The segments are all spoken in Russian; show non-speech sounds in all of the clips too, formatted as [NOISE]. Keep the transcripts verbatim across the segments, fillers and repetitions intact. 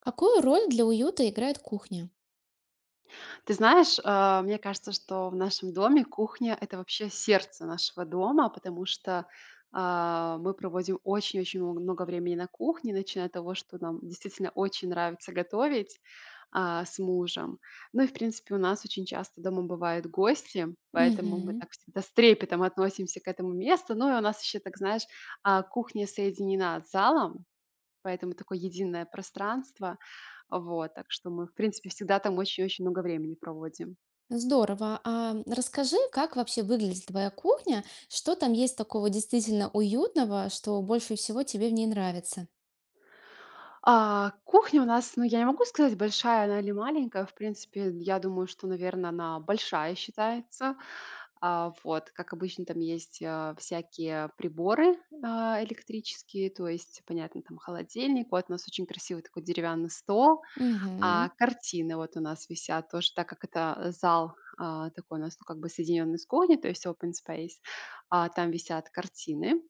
Какую роль для уюта играет кухня? Ты знаешь, а, мне кажется, что в нашем доме кухня– это вообще сердце нашего дома, потому что а, мы проводим очень-очень мно- много времени на кухне, начиная от того, что нам действительно очень нравится готовить а, с мужем. Ну и, в принципе, у нас очень часто дома бывают гости, поэтому мы Мгм. так всегда с трепетом относимся к этому месту. Ну и у нас еще, так знаешь, а, кухня соединена с залом, поэтому такое единое пространство. Вот, так что мы, в принципе, всегда там очень-очень много времени проводим. Здорово. А расскажи, как вообще выглядит твоя кухня? Что там есть такого действительно уютного, что больше всего тебе в ней нравится? А, кухня у нас, ну, я не могу сказать, большая она или маленькая. В принципе, я думаю, что, наверное, она большая считается. А, вот, как обычно, там есть э, всякие приборы а, электрические, то есть, понятно, там холодильник. Вот у нас очень красивый такой деревянный стол. Мгм. А картины вот у нас висят тоже, так как это зал, а, такой у нас, ну, как бы соединенный с кухней, то есть open space. А, там висят картины.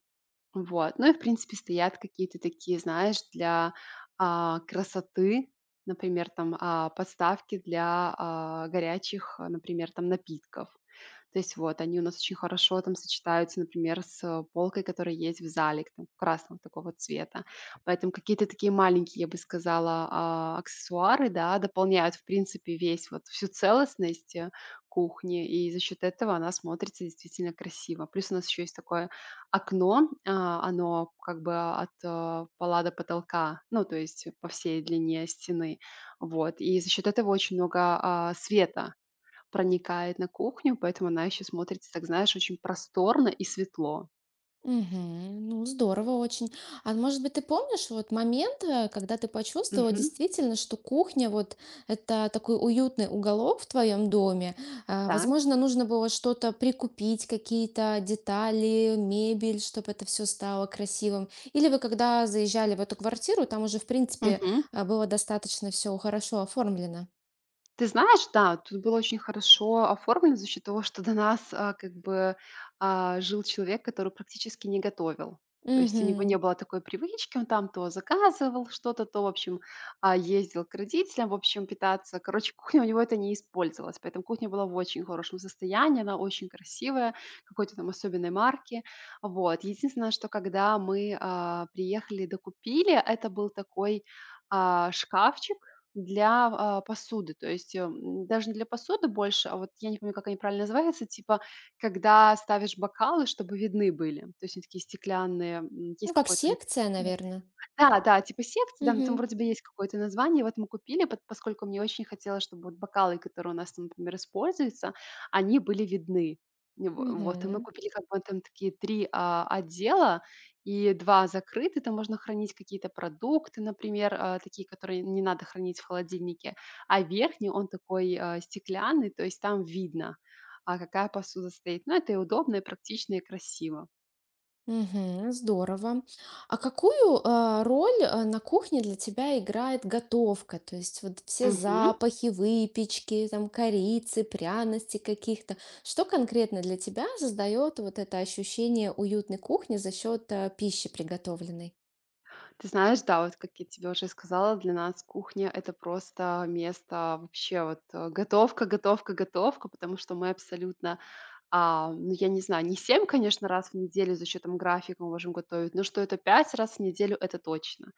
Вот. Ну и, в принципе, стоят какие-то такие, знаешь, для а, красоты, например, там, а, подставки для, а, горячих, а, например, там, напитков. То есть вот они у нас очень хорошо там сочетаются, например, с э, полкой, которая есть в зале, к там красного такого цвета. Поэтому какие-то такие маленькие, я бы сказала, а, аксессуары, да, дополняют, в принципе, весь вот всю целостность э, кухни, и за счет этого она смотрится действительно красиво. Плюс у нас еще есть такой окно, а, оно как бы от э, пола до потолка, ну, то есть по всей длине стены. Вот, и за счет этого очень много а, света проникает на кухню, поэтому она еще смотрится, так знаешь, очень просторно и светло. Мгм. Ну, здорово очень. А может быть, ты помнишь вот момент, э, когда ты почувствовала Мгм. действительно, что кухня вот это такой уютный уголок в твоем доме. А, Так. Возможно, нужно было что-то прикупить, какие-то детали, мебель, чтобы это все стало красивым. Или вы когда заезжали в эту квартиру, там уже, в принципе, Мгм. а, было достаточно все хорошо оформлено. Ты знаешь, да, тут было очень хорошо оформлено за счет того, что до нас, а, как бы, а, жил человек, который практически не готовил. То есть у него не Мгм. было такой привычки, он там то заказывал что-то, то, в общем, а, ездил к родителям, в общем, питаться. Короче, [LAUGHS] кухня у него это не использовалась, поэтому кухня была в очень хорошем состоянии, она очень красивая, какой-то там особенной марки. Вот. Единственное, что когда мы а, приехали, докупили, это был такой а, шкафчик для а, посуды. То есть, э, м, даже не для посуды больше, а вот я не помню, как они правильно называются, типа, когда ставишь бокалы, чтобы видны были. То есть они такие стеклянные, м, Ну, есть как какое-то. секция, наверное. Да, да, типа секции, да, ну, там Угу. вроде бы есть какое-то название. Вот мы купили, пот поскольку мне очень хотелось, чтобы вот бокалы, которые у нас там, например, используются, они были видны. И во вот, и мы Угу. купили как бы там такие три а, отдела, и два закрыты. Там можно хранить какие-то продукты, например, а, такие, которые не надо хранить в холодильнике, а верхний, он такой, а, стеклянный, то есть там видно, а, какая посуда стоит. Ну, это и удобно, и практично, и красиво. Мгм. Здорово. А какую, а, роль, а, на кухне для тебя играет готовка? То есть вот все Мгм. запахи выпечки, там корицы, пряностей каких-то. Что конкретно для тебя создает вот это ощущение уютной кухни за счет, а, пищи приготовленной? Ты знаешь, да, вот как я тебе уже сказала, для нас кухня это просто место, вообще вот э, готовка, готовка, готовка, потому что мы абсолютно, а, ну я не знаю, не семь, конечно, раз в неделю за счетом графика мы можем готовить, но что это пять раз в неделю, это точно.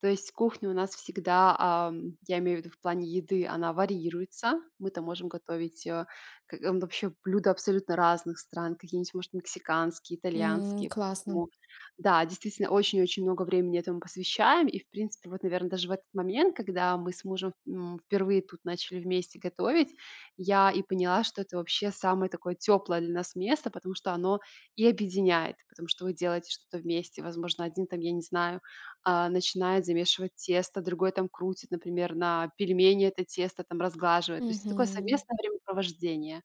То есть кухня у нас всегда, ам, я имею в виду в плане еды, она варьируется. Мы-то можем готовить, э, к ам, вообще блюда абсолютно разных стран, какие-нибудь, может, мексиканские, М, итальянские. классно. Поэтому да, действительно, очень-очень много времени этому посвящаем. И, в принципе, вот, наверное, даже в этот момент, когда мы с мужем, м, впервые тут начали вместе готовить, я и поняла, что это вообще самое такое теплое для нас место, потому что оно и объединяет, потому что вы делаете что-то вместе. Возможно, один там, я не знаю, а, начинает замешивать тесто, другой там крутит, например, на пельмени это тесто, там разглаживает. То есть это такое Мгм. совместное времяпровождение.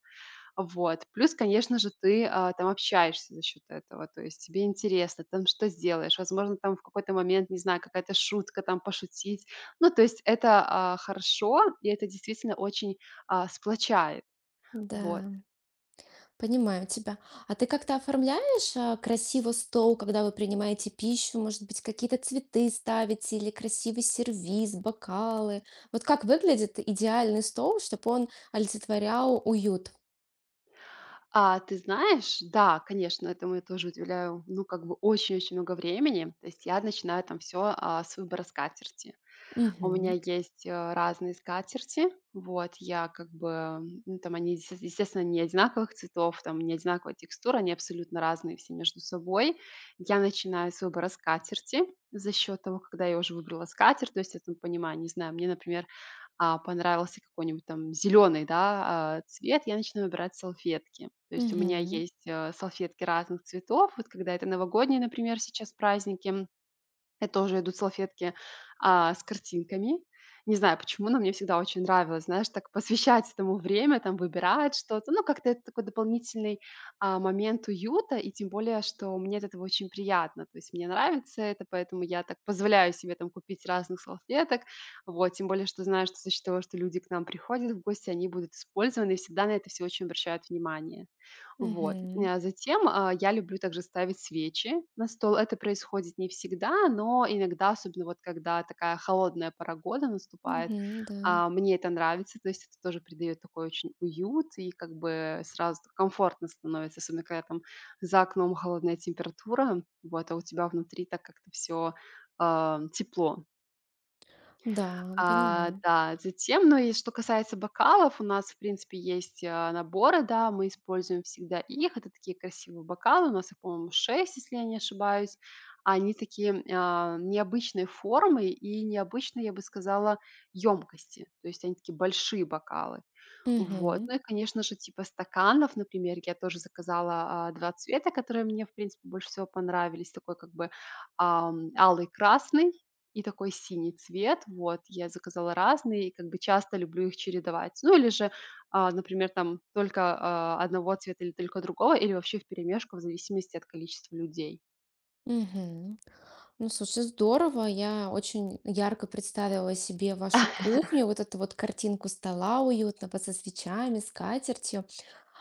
Вот. Плюс, конечно же, ты а, там общаешься за счет этого, то есть тебе интересно, там что сделаешь, возможно, там в какой-то момент, не знаю, какая-то шутка там пошутить. Ну, то есть это а, хорошо, и это действительно очень а, сплочает. Вот. Да. Понимаю тебя. А ты как-то оформляешь, а, красиво стол, когда вы принимаете пищу? Может быть, какие-то цветы ставите или красивый сервиз, бокалы? Вот как выглядит идеальный стол, чтобы он олицетворял уют? А, ты знаешь, да, конечно, этому я тоже уделяю, ну, как бы очень-очень много времени. То есть я начинаю там все а, с выбора скатерти. У меня Мгм. есть э, разные скатерти. Вот, я как бы, ну, там они, есте естественно, не одинаковых цветов, там не одинаковая текстура, они абсолютно разные все между собой. Я начинаю с выбора скатерти за счет того, когда я уже выбрала скатерть, то есть я там понимаю, не знаю, мне, например, а, понравился какой-нибудь там зеленый, да, а, цвет, я начинаю выбирать салфетки. То есть у меня Мгм. есть э, салфетки разных цветов. Вот когда это новогодние, например, сейчас праздники, это тоже идут салфетки а, с картинками. Не знаю почему, но мне всегда очень нравилось, знаешь, так посвящать этому время, там выбирать что-то. Ну, как-то это такой дополнительный а, момент уюта, и тем более, что мне от этого очень приятно. То есть мне нравится это, поэтому я так позволяю себе там купить разных салфеток. Вот, тем более, что знаю, что за счет того, что люди к нам приходят в гости, они будут использованы, и всегда на это все очень обращают внимание. Вот. Мгм. А затем, а, я люблю также ставить свечи на стол. Это происходит не всегда, но иногда, особенно вот когда такая холодная пора года наступает, Мгм. Да. а, мне это нравится. То есть это тоже придает такой очень уют, и как бы сразу комфортно становится, особенно когда там за окном холодная температура, вот, а у тебя внутри так как-то все тепло. Да, А, понимаю. Да, затем, ну и что касается бокалов, у нас, в принципе, есть а, наборы, да, мы используем всегда их. Это такие красивые бокалы, у нас их, по-моему, шесть, если я не ошибаюсь. Они такие, а, необычной формы и необычной, я бы сказала, емкости. То есть они такие большие бокалы. Вот. Мгм. Ну и, конечно же, типа стаканов, например, я тоже заказала а, два цвета, которые мне, в принципе, больше всего понравились. Такой как бы ам, алый, красный и такой синий цвет. Вот, я заказала разные и как бы часто люблю их чередовать. Ну или же, а, например, там только а, одного цвета или только другого, или вообще вперемешку в зависимости от количества людей. Мгм. Ну, слушай, здорово. Я очень ярко представила себе вашу кухню, вот эту вот картинку стола уютного со свечами, скатертью.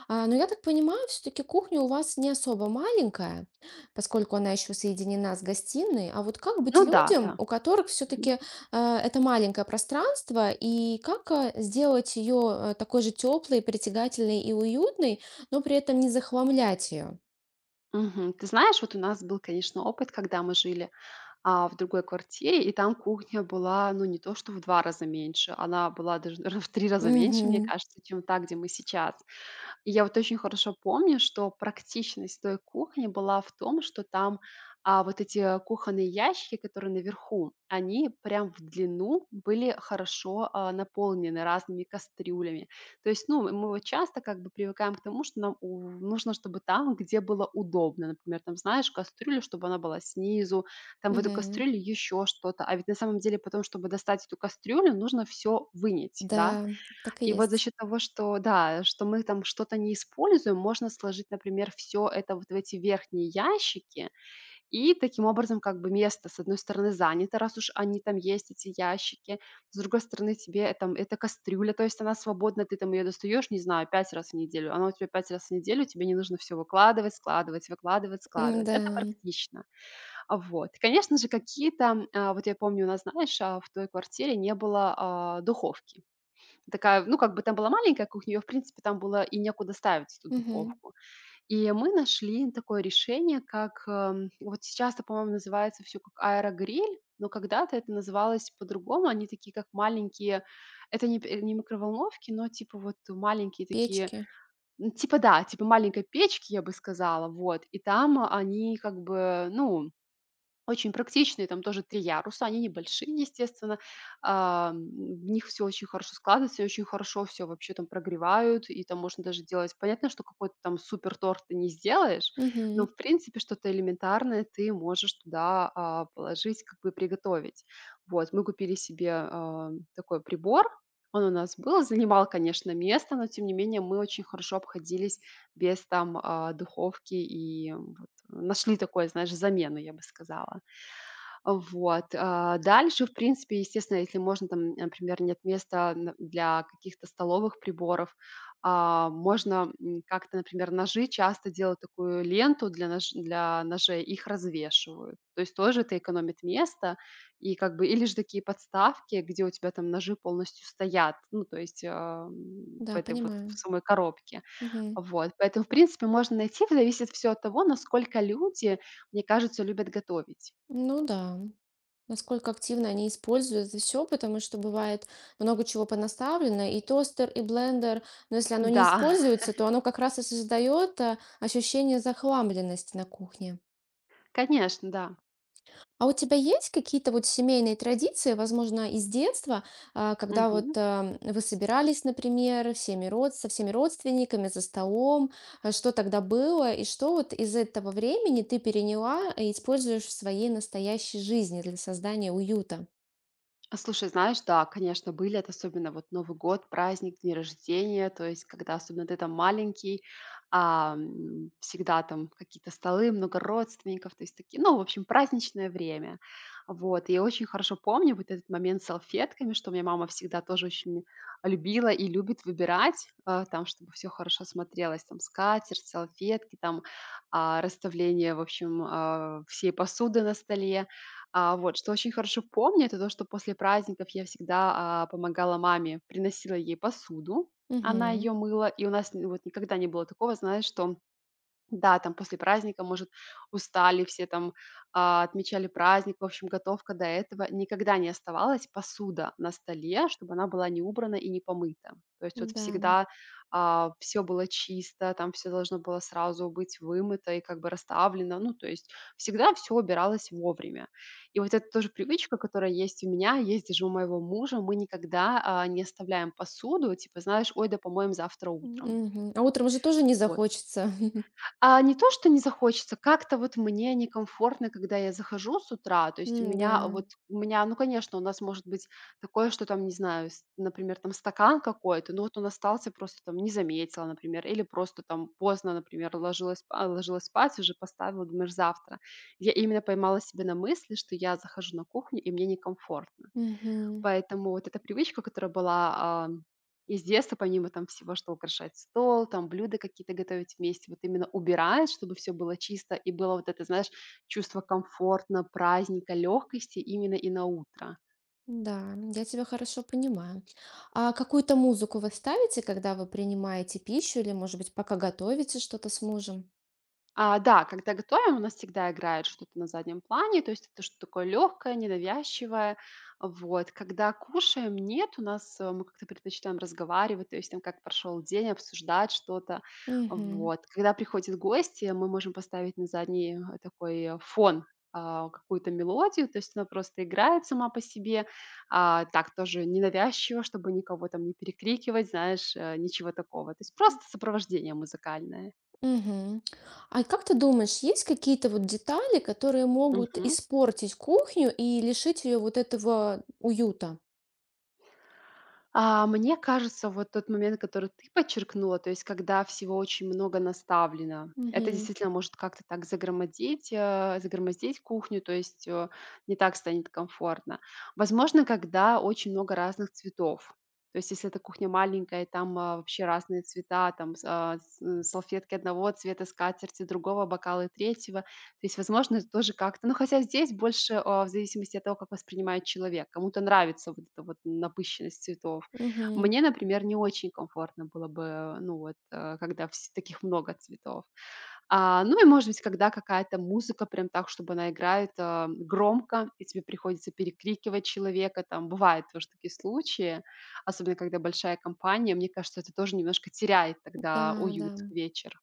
А, но я так понимаю, все-таки кухня у вас не особо маленькая, поскольку она еще соединена с гостиной. А вот как быть Ну да, да. людям, у которых Мгм. все-таки это маленькое пространство, и как э, сделать ее такой же теплой, притягательной и уютной, но при этом не захламлять ее? Мгм. Ты знаешь, вот у нас был, конечно, опыт, когда мы жили а, в другой квартире, и там кухня была, ну, не то что в два раза меньше, она была даже, наверно, в три раза меньше, мне Угу, кажется, чем та, где мы сейчас. И я вот очень хорошо помню, что практичность той кухни была в том, что там а, вот эти кухонные ящики, которые наверху, они прям в длину были хорошо а, наполнены разными кастрюлями. То есть, ну, мы вот часто как бы привыкаем к тому, что нам у нужно, чтобы там, где было удобно. Например, там, знаешь, кастрюля, чтобы она была снизу, там в эту угу. кастрюлю еще что-то. А ведь на самом деле потом, чтобы достать эту кастрюлю, нужно все вынять, да? Да, так и И вот за есть. счет того, что, да, что мы там что-то не используем, можно сложить, например, все это вот в эти верхние ящики, и таким образом как бы место, с одной стороны, занято, раз уж они там есть, эти ящики, с другой стороны, тебе, э, там эта кастрюля, то есть она свободна, ты там ее достаешь, не знаю, пять раз в неделю, она у тебя пять раз в неделю, тебе не нужно все выкладывать, складывать, выкладывать, М, складывать. да, Это практично. А, вот. Конечно же, какие-то, а, вот я помню, у нас, знаешь, а, в той квартире не было а, духовки. Такая, ну, как бы там была маленькая кухня, её, в принципе, там было и некуда ставить эту угу. духовку. И мы нашли такое решение, как, эм, вот сейчас это, по-моему, называется все как аэрогриль, но когда-то это называлось по-другому. Они такие, как маленькие, это не п не микроволновки, но типа вот маленькие такие, Печки. ну, типа да, типа маленькой печки, я бы сказала, вот. И там они как бы, ну, очень практичные, там тоже три яруса, они небольшие, естественно. Ам, в них все очень хорошо складывается, и очень хорошо все вообще там прогревают, и там можно даже делать, понятно, что какой-то там супер торт ты не сделаешь, но, Угу. в принципе, что-то элементарное ты можешь туда а, положить, как бы приготовить. Вот, мы купили себе а, такой прибор, он у нас был, занимал, конечно, место, но тем не менее мы очень хорошо обходились без там а, духовки, и м, вот нашли такое, знаешь, замену, я бы сказала. Вот, а, дальше, в принципе, естественно, если можно, там, например, нет места н- для каких-то столовых приборов, а, можно м, как-то, например, ножи часто делают такую ленту для, нож- для ножей, их развешивают. То есть тоже это экономит место, и как бы, или же такие подставки, где у тебя там ножи полностью стоят, ну, то есть а, м, в Да, этой вот понимаю. в самой коробке. Угу. Вот, поэтому, в принципе, можно найти, зависит все от того, насколько люди, мне кажется, любят готовить. Ну да. Насколько активно они используют это все, потому что бывает много чего понаставлено, и тостер, и блендер, но если оно не Да. используется, то оно как раз и создает э, ощущение захламленности на кухне. Конечно, да. А у тебя есть какие-то вот семейные традиции, возможно, из детства, а, когда вот Мгм. ам, вы собирались, например, всеми род... со всеми родственниками за столом, а что тогда было и что вот из этого времени ты переняла и используешь в своей настоящей жизни для создания уюта? А слушай, знаешь, да, конечно, были это особенно вот Новый год, праздник, дни рождения, то есть когда особенно ты там маленький, а, м, всегда там какие-то столы, много родственников, то есть такие, ну, в общем, праздничное время. Вот, и я очень хорошо помню вот этот момент с салфетками, что меня мама всегда тоже очень любила и любит выбирать, а, там, чтобы все хорошо смотрелось, там, скатерть, салфетки, там, а, расставление, в общем, а, всей посуды на столе. А, вот, что очень хорошо помню, это то, что после праздников я всегда, а, помогала маме, приносила ей посуду, она Мгм. ее мыла, и у нас н вот никогда не было такого, знаешь, что да, там после праздника, может, устали все там, а, отмечали праздник. В общем, готовка до этого. Никогда не оставалась посуда на столе, чтобы она была не убрана и не помыта. То есть вот Да. всегда, все было чисто, там все должно было сразу быть вымыто и как бы расставлено. Ну, то есть всегда все убиралось вовремя. И вот это тоже привычка, которая есть у меня, есть даже у моего мужа. Мы никогда, а, не оставляем посуду, типа, знаешь: "Ой, да помоем завтра утром". Мгм. А утром же тоже не Вот. захочется. [LAUGHS] А, не то, что не захочется, как-то вот мне некомфортно, когда я захожу с утра. То есть у М, меня да. вот, у меня, ну, конечно, у нас может быть такое, что там, не знаю, с- например, там стакан какой-то, ну вот он остался просто там, не заметила, например, или просто там поздно, например, ложилась, спа- ложилась спать, уже поставила, думаешь, завтра. Я именно поймала себя на мысли, что я захожу на кухню, и мне некомфортно. Мгм. Поэтому вот эта привычка, которая была, а, из детства, помимо там всего, что украшать стол, там блюда какие-то готовить вместе, вот именно убирать, чтобы все было чисто и было вот это, знаешь, чувство комфортно, праздника, легкости именно и на утро. Да, я тебя хорошо понимаю. А какую-то музыку вы ставите, когда вы принимаете пищу или, может быть, пока готовите что-то с мужем? А, да, когда готовим, у нас всегда играет что-то на заднем плане, то есть это что-то такое легкое, ненавязчивое. Вот. Когда кушаем, нет, у нас э, мы как-то предпочитаем разговаривать, то есть там как прошел день, обсуждать что-то. Мгм. Вот. Когда приходят гости, мы можем поставить на задний э, такой э, фон а, какую-то мелодию, то есть она просто играет сама по себе, а, так тоже ненавязчиво, чтобы никого там не перекрикивать, знаешь, э, ничего такого. То есть просто сопровождение музыкальное. Мгм. А как ты думаешь, есть какие-то вот детали, которые могут Мгм. испортить кухню и лишить ее вот этого уюта? А, мне кажется, вот тот момент, который ты подчеркнула, то есть когда всего очень много наставлено, это Мгм. действительно может как-то так загромоздить, э, загромоздить кухню, то есть э, не так станет комфортно. Возможно, когда очень много разных цветов. То есть если эта кухня маленькая, и там а, вообще разные цвета, там с- а, с- м, салфетки одного цвета, скатерти другого, бокалы третьего, то есть, возможно, тоже как-то ну, хотя здесь больше, а, в зависимости от того, как воспринимает человек. Кому-то нравится вот эта вот напыщенность цветов. Мгм. Мне, например, не очень комфортно было бы, ну, вот, э, когда вс таких много цветов. А, ну и, может быть, когда какая-то музыка прям так, чтобы она играет, а, громко, и тебе приходится перекрикивать человека. Там бывают тоже такие случаи, особенно когда большая компания. Мне кажется, это тоже немножко теряет Да, тогда да. уют вечер.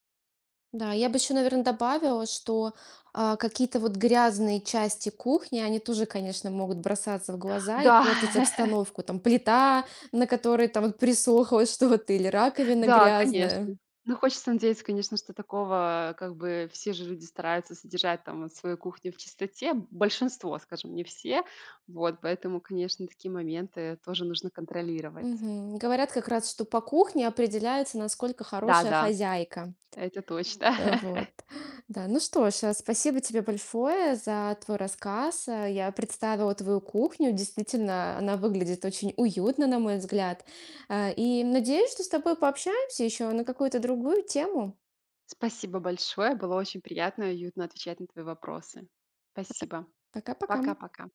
Да, я бы еще, наверное, добавила, что а, какие-то вот грязные части кухни, они тоже, конечно, могут бросаться в глаза и Да. портить обстановку. Там плита, на которой там вот присохло [LAUGHS] что-то, или раковина Да, грязная. конечно. Ну, хочется надеяться, конечно, что такого, как бы, все же люди стараются содержать там вот свою кухню в чистоте. Большинство, скажем, не все. Вот, поэтому, конечно, такие моменты тоже нужно контролировать. Мгм. Говорят как раз, что по кухне определяется, насколько хорошая Да-да, хозяйка. это точно. Э, [LAUGHS] Вот. Да, ну что ж, э, спасибо тебе большое за твой рассказ. Э, Я представила твою кухню. Действительно, она выглядит очень уютно, на мой взгляд. Э, И надеюсь, что с тобой пообщаемся еще на какую-то другую тему. Спасибо большое. Было очень приятно и уютно отвечать на твои вопросы. Спасибо. Пока-пока. Пока-пока.